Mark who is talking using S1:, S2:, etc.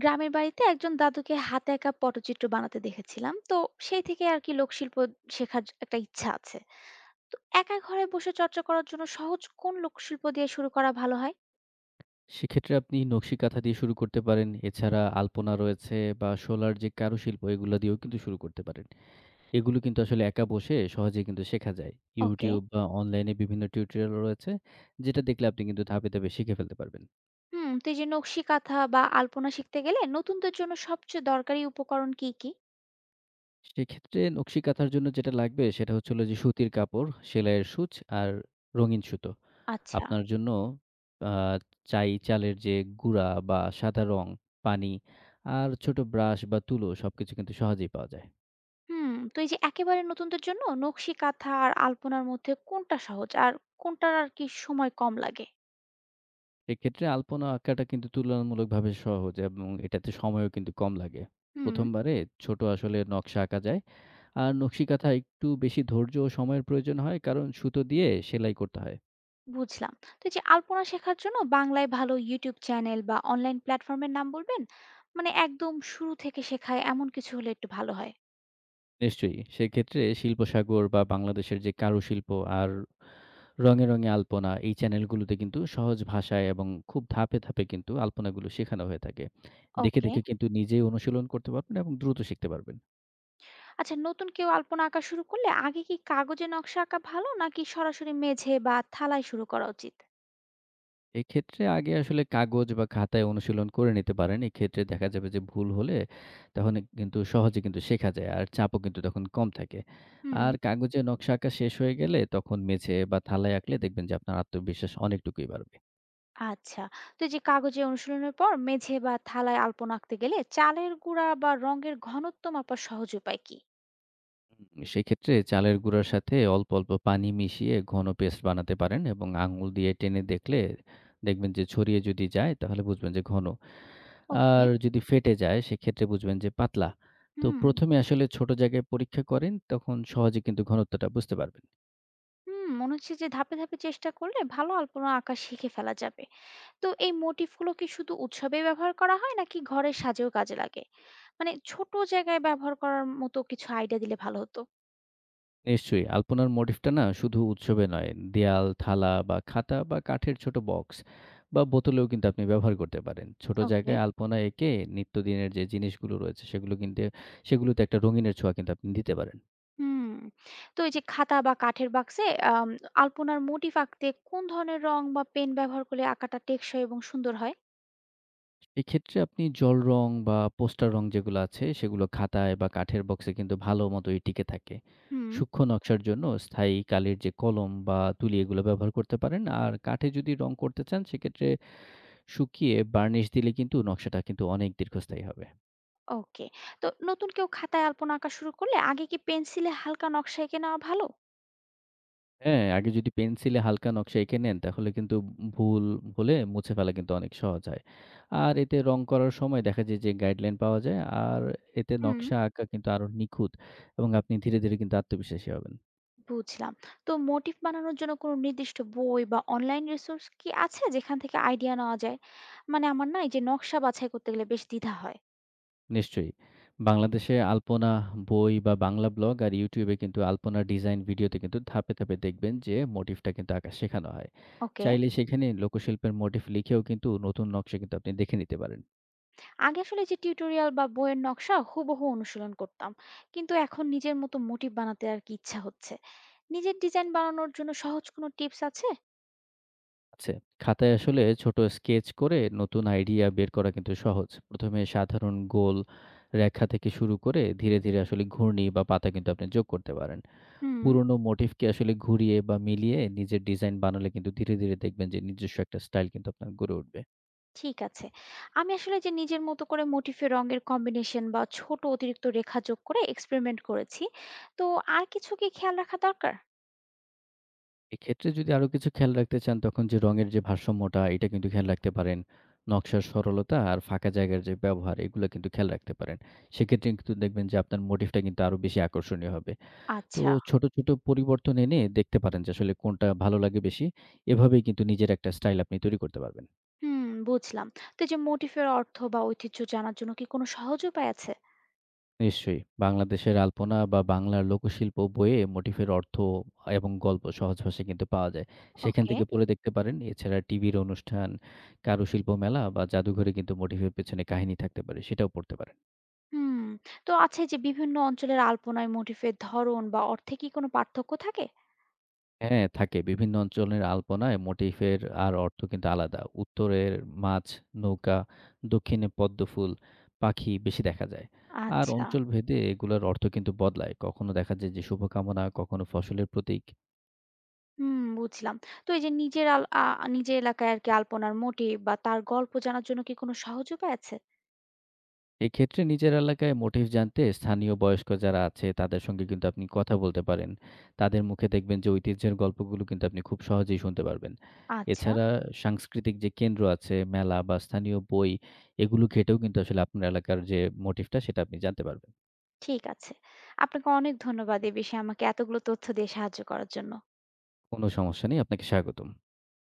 S1: গ্রামের বাড়িতে একজন দাদুকে হাতে একা পটচিত্র বানাতে দেখেছিলাম, তো সেই থেকে আর কি লোকশিল্প একটা ইচ্ছা আছে। তো একা ঘরে বসে চর্চা করার জন্য সহজ কোন লোকশিল্প দিয়ে শুরু করা ভালো হয়?
S2: সেক্ষেত্রে আপনি নকশি কাঁথা দিয়ে শুরু করতে পারেন। এছাড়া আলপনা রয়েছে বা শোলার যে কারুশিল্প এগুলা দিয়েও কিন্তু শুরু করতে পারেন। এগুলো কিন্তু আসলে একা বসে সহজেই কিন্তু শেখা যায়।
S1: ওকে।
S2: YouTube বা অনলাইনে বিভিন্ন টিউটোরিয়াল রয়েছে। যেটা দেখলে আপনি কিন্তু ধাপে, ধাপে শিখে ফেলতে পারবেন।
S1: হুম, তো এই যে নকশি কাঁথা বা আলপনা শিখতে গেলে নতুনদের জন্য সবচেয়ে দরকারি উপকরণ কি কি?
S2: সেক্ষেত্রে নকশি কাঁথার জন্য যেটা লাগবে সেটা হচ্ছে হলো যে সুতির কাপড়, সেলাইয়ের সূচ আর রঙিন সুতো।
S1: আচ্ছা।
S2: আপনার জন্য আ চাই চালের যে গুঁড়া বা সাদা রং, পানি আর ছোট ব্রাশ বা তুলো সবকিছু কিন্তু সহজেই পাওয়া যায়।
S1: হুম, তো এই যে একেবারে নতুনদের জন্য নকশি কাঁথা আর আলপনার মধ্যে কোনটা সহজ আর কোনটার আর কি সময় কম লাগে?
S2: এক্ষেত্রে আলপনা আঁকাটা কিন্তু তুলনামূলকভাবে সহজ এবং এটাতে সময়ও কিন্তু কম লাগে।
S1: হুম।
S2: প্রথমবারে ছোট আসলে নকশা আঁকা যায়। আর নকশিকাঁথা একটু বেশি ধৈর্য ও সময়ের প্রয়োজন হয় কারণ সুতো দিয়ে সেলাই করতে হয়।
S1: বুঝলাম। তো এই যে আলপনা শেখার জন্য বাংলায় ভালো ইউটিউব চ্যানেল বা অনলাইন প্ল্যাটফর্মের নাম বলবেন? মানে একদম শুরু থেকে শেখায় এমন কিছু হলে একটু ভালো হয়।
S2: নিশ্চয়ই। সেক্ষেত্রে শিল্পসাগর বা বাংলাদেশের যে কারুশিল্প আর রঙে, রঙে আলপনা এই চ্যানেলগুলোতে কিন্তু সহজ ভাষায় এবং খুব ধাপে, ধাপে কিন্তু আলপনাগুলো শেখানো হয়ে থাকে। দেখে,
S1: ওকে।
S2: দেখে কিন্তু নিজেই অনুশীলন করতে পারবেন এবং দ্রুত শিখতে পারবেন।
S1: আচ্ছা, নতুন কেউ আলপনা আঁকা শুরু করলে আগে কি কাগজে নকশা আঁকা ভালো নাকি সরাসরি মেঝে বা থালায় শুরু করা উচিত?
S2: এক্ষেত্রে আগে আসলে কাগজ বা খাতায় অনুশীলন করে নিতে পারেন। এক্ষেত্রে দেখা যাবে যে ভুল হলে তখন কিন্তু সহজে কিন্তু শেখা যায়। আর চাপও কিন্তু তখন কম থাকে।
S1: হুম।
S2: আর কাগজে নকশা আঁকা শেষ হয়ে গেলে তখন মেঝে বা থালায় আঁকলে দেখবেন যে আপনার আত্মবিশ্বাস অনেকটুকুই বাড়বে।
S1: আচ্ছা, তো এই যে কাগজে অনুশীলনের পর মেঝে বা থালায় আলপনা আঁকতে গেলে চালের গুঁড়া বা রঙের ঘনত্ব মাপার সহজ উপায় কি?
S2: সেক্ষেত্রে চালের গুঁড়ার সাথে অল্প, অল্প পানি মিশিয়ে ঘন পেস্ট বানাতে পারেন এবং আঙুল দিয়ে টেনে দেখলে দেখবেন যে ছড়িয়ে যদি যায় তাহলে বুঝবেন যে ঘন।
S1: ওকে।
S2: আর যদি ফেটে যায় সেক্ষেত্রে বুঝবেন যে পাতলা। তো
S1: হুম।
S2: ১ম এ আসলে ছোট জায়গায় পরীক্ষা করেন তখন সহজে কিন্তু ঘনত্বটা বুঝতে পারবেন।
S1: হুম, মনে হচ্ছে যে ধাপে ধাপে চেষ্টা করলে ভালো আলপনা আঁকা শিখে ফেলা যাবে। তো এই মোটিফগুলো কি শুধু উৎসবে ব্যবহার করা হয় নাকি ঘরের সাজেও কাজে লাগে? মানে ছোট জায়গায় ব্যবহার করার মতো কিছু আইডিয়া দিলে ভালো হতো।
S2: নিশ্চয়ই। আলপনার মোটিফটা না শুধু উৎসবে নয়, দেয়াল, থালা বা খাতা বা কাঠের ছোট বক্স বা বোতলেও কিন্তু আপনি ব্যবহার করতে পারেন। ছোট
S1: ওকে।
S2: জায়গায় আলপনা এঁকে নিত্যদিনের যে জিনিসগুলো রয়েছে সেগুলো কিনতে সেগুলোতে একটা রঙিনের ছোঁয়া কিন্তু আপনি দিতে পারেন।
S1: হুম। তো এই যে খাতা বা কাঠের বাক্সে আম আলপনার মোটিফ আঁকতে কোন ধরনের রং বা পেন ব্যবহার করলে আঁকাটা টেকসই এবং সুন্দর হয়?
S2: এক্ষেত্রে আপনি জল রং বা পোস্টার রং যেগুলো আছে সেগুলো খাতায় বা কাঠের বক্সে কিন্তু ভালো মতোই টিকে থাকে।
S1: হুম।
S2: সূক্ষ্ম নকশার জন্য স্থায়ী কালির যে কলম বা তুলি এগুলো ব্যবহার করতে পারেন। আর কাঠে যদি রং করতে চান সেক্ষেত্রে শুকিয়ে বার্নিশ দিলে কিন্তু নকশাটা কিন্তু অনেক দীর্ঘস্থায়ী হবে।
S1: ওকে। তো নতুন কেউ খাতায় আলপনা আঁকা শুরু করলে আগে কি পেন্সিলে হালকা নকশা এঁকে নেওয়া ভালো?
S2: হ্যাঁ, আগে যদি পেন্সিলে হালকা নকশা এঁকে নেন তাহলে কিন্তু ভুল হলে মুছে ফেলা কিন্তু অনেক সহজ হয়। আর এতে রং করার সময় দেখা যায় যে গাইডলাইন পাওয়া যায় আর এতে
S1: হুম।
S2: নকশা আঁকা কিন্তু আরো নিখুঁত এবং আপনি ধীরে, ধীরে কিন্তু আত্মবিশ্বাসী হবেন।
S1: বুঝলাম। তো মোটিফ বানানোর জন্য কোনো নির্দিষ্ট বই বা অনলাইন রিসোর্স কি আছে যেখান থেকে আইডিয়া নেওয়া যায়? মানে আমার না এই যে নকশা বাছাই করতে গেলে বেশ দ্বিধা হয়।
S2: নিশ্চয়ই। বাংলাদেশে আলপনা বই বা বাংলা ব্লগ আর YouTube এ কিন্তু আলপনা ডিজাইন ভিডিওতে কিন্তু ধাপে, ধাপে দেখবেন যে মোটিফটা কিন্তু আঁকা শেখানো হয়।
S1: ওকে।
S2: চাইলে সেখানে লোকশিল্পের মোটিফ লিখেও কিন্তু নতুন নকশা কিন্তু আপনি দেখে নিতে পারেন।
S1: আগে আসলে যে টিউটোরিয়াল বা বইয়ের নকশা হুবহু অনুশীলন করতাম। কিন্তু এখন নিজের মতো মোটিফ বানাতে আর কি ইচ্ছা হচ্ছে। নিজের ডিজাইন বানানোর জন্য সহজ কোনো টিপস আছে?
S2: আচ্ছা, খাতায় আসলে ছোট স্কেচ করে নতুন আইডিয়া বের করা কিন্তু সহজ। ১ম এ সাধারণ গোল রেখা থেকে শুরু করে ধীরে, ধীরে আসলে ঘূর্ণি বা পাতা কিন্তু আপনি যোগ করতে পারেন।
S1: হুম,
S2: পুরনো মোটিফকে আসলে ঘুরিয়ে বা মিলিয়ে নিজের ডিজাইন বানালে কিন্তু ধীরে, ধীরে দেখবেন যে নিজস্ব একটা স্টাইল কিন্তু আপনার গড়ে উঠবে।
S1: ঠিক আছে। আমি আসলে যে নিজের মতো করে মোটিফে রঙের কম্বিনেশন বা ছোট অতিরিক্ত রেখা যোগ করে এক্সপেরিমেন্ট করেছি। তো আর কিছু কি খেয়াল রাখা দরকার?
S2: এক্ষেত্রে যদি আরো কিছু খেয়াল রাখতে চান, তখন যে রঙের যে ভারসাম্যটা, এটা কিন্তু খেয়াল রাখতে পারেন। নকশার সরলতা আর ফাঁকা জায়গার যে ব্যবহার, এগুলো কিন্তু খেয়াল রাখতে পারেন। সেক্ষেত্রে কিন্তু দেখবেন যে আপনার মোটিফটা কিন্তু আরো বেশি আকর্ষণীয় হবে। তো
S1: আচ্ছা।
S2: ছোট, ছোট পরিবর্তন এনে দেখতে পারেন যে আসলে কোনটা ভালো লাগে বেশি। এভাবেই কিন্তু নিজের একটা স্টাইল আপনি তৈরি করতে পারবেন।
S1: হুম, বুঝলাম। তো এই যে মোটিফের অর্থ বা ঐতিহ্য জানার জন্য কি কোনো সহজ উপায় আছে?
S2: নিশ্চয়ই। বাংলাদেশের আলপনা বা বাংলার লোকশিল্প বইয়ে মোটিফের অর্থ এবং গল্প সহজ ভাষায় কিন্তু পাওয়া যায়। সেখান
S1: ওকে।
S2: থেকে পড়ে দেখতে পারেন। এছাড়া টিভির অনুষ্ঠান, কারুশিল্প মেলা বা জাদুঘরে কিন্তু মোটিফের পেছনে কাহিনী থাকতে পারে। সেটাও পড়তে পারেন।
S1: হুম। তো আছে যে বিভিন্ন অঞ্চলের আলপনায় মোটিফের ধরন বা অর্থে কি কোনো পার্থক্য থাকে?
S2: হ্যাঁ, থাকে। বিভিন্ন অঞ্চলের আলপনায় মোটিফের আর অর্থ কিন্তু আলাদা। উত্তরের মাছ, নৌকা, দক্ষিণে পদ্মফুল, পাখি বেশি দেখা যায়। আর
S1: আচ্ছা।
S2: অঞ্চলভেদে এগুলোর অর্থ কিন্তু বদলায়। কখনো দেখা যায় যে শুভকামনা, কখনো ফসলের প্রতীক।
S1: হুম, বুঝলাম। তো এই যে নিজের আল আ নিজের এলাকায় আর কি আলপনার মোটিভ বা তার গল্প জানার জন্য কি কোনো সহজ উপায় আছে?
S2: এক্ষেত্রে নিজের এলাকায় মোটিভ জানতে স্থানীয় বয়স্ক যারা আছে তাদের সঙ্গে কিন্তু আপনি কথা বলতে পারেন। তাদের মুখে দেখবেন যে ঐতিহ্যের গল্পগুলো কিন্তু আপনি খুব সহজেই শুনতে পারবেন।
S1: আচ্ছা,
S2: এছাড়া সাংস্কৃতিক যে কেন্দ্র আছে, মেলা বা স্থানীয় বই এগুলো ঘেঁটেও কিন্তু আসলে আপনার এলাকার যে মোটিভটা সেটা আপনি জানতে পারবেন।
S1: ঠিক আছে। আপনাকে অনেক ধন্যবাদ এ বিষয়ে আমাকে এতগুলো তথ্য দিয়ে সাহায্য করার জন্য।
S2: কোনো সমস্যা নেই। আপনাকে স্বাগতম।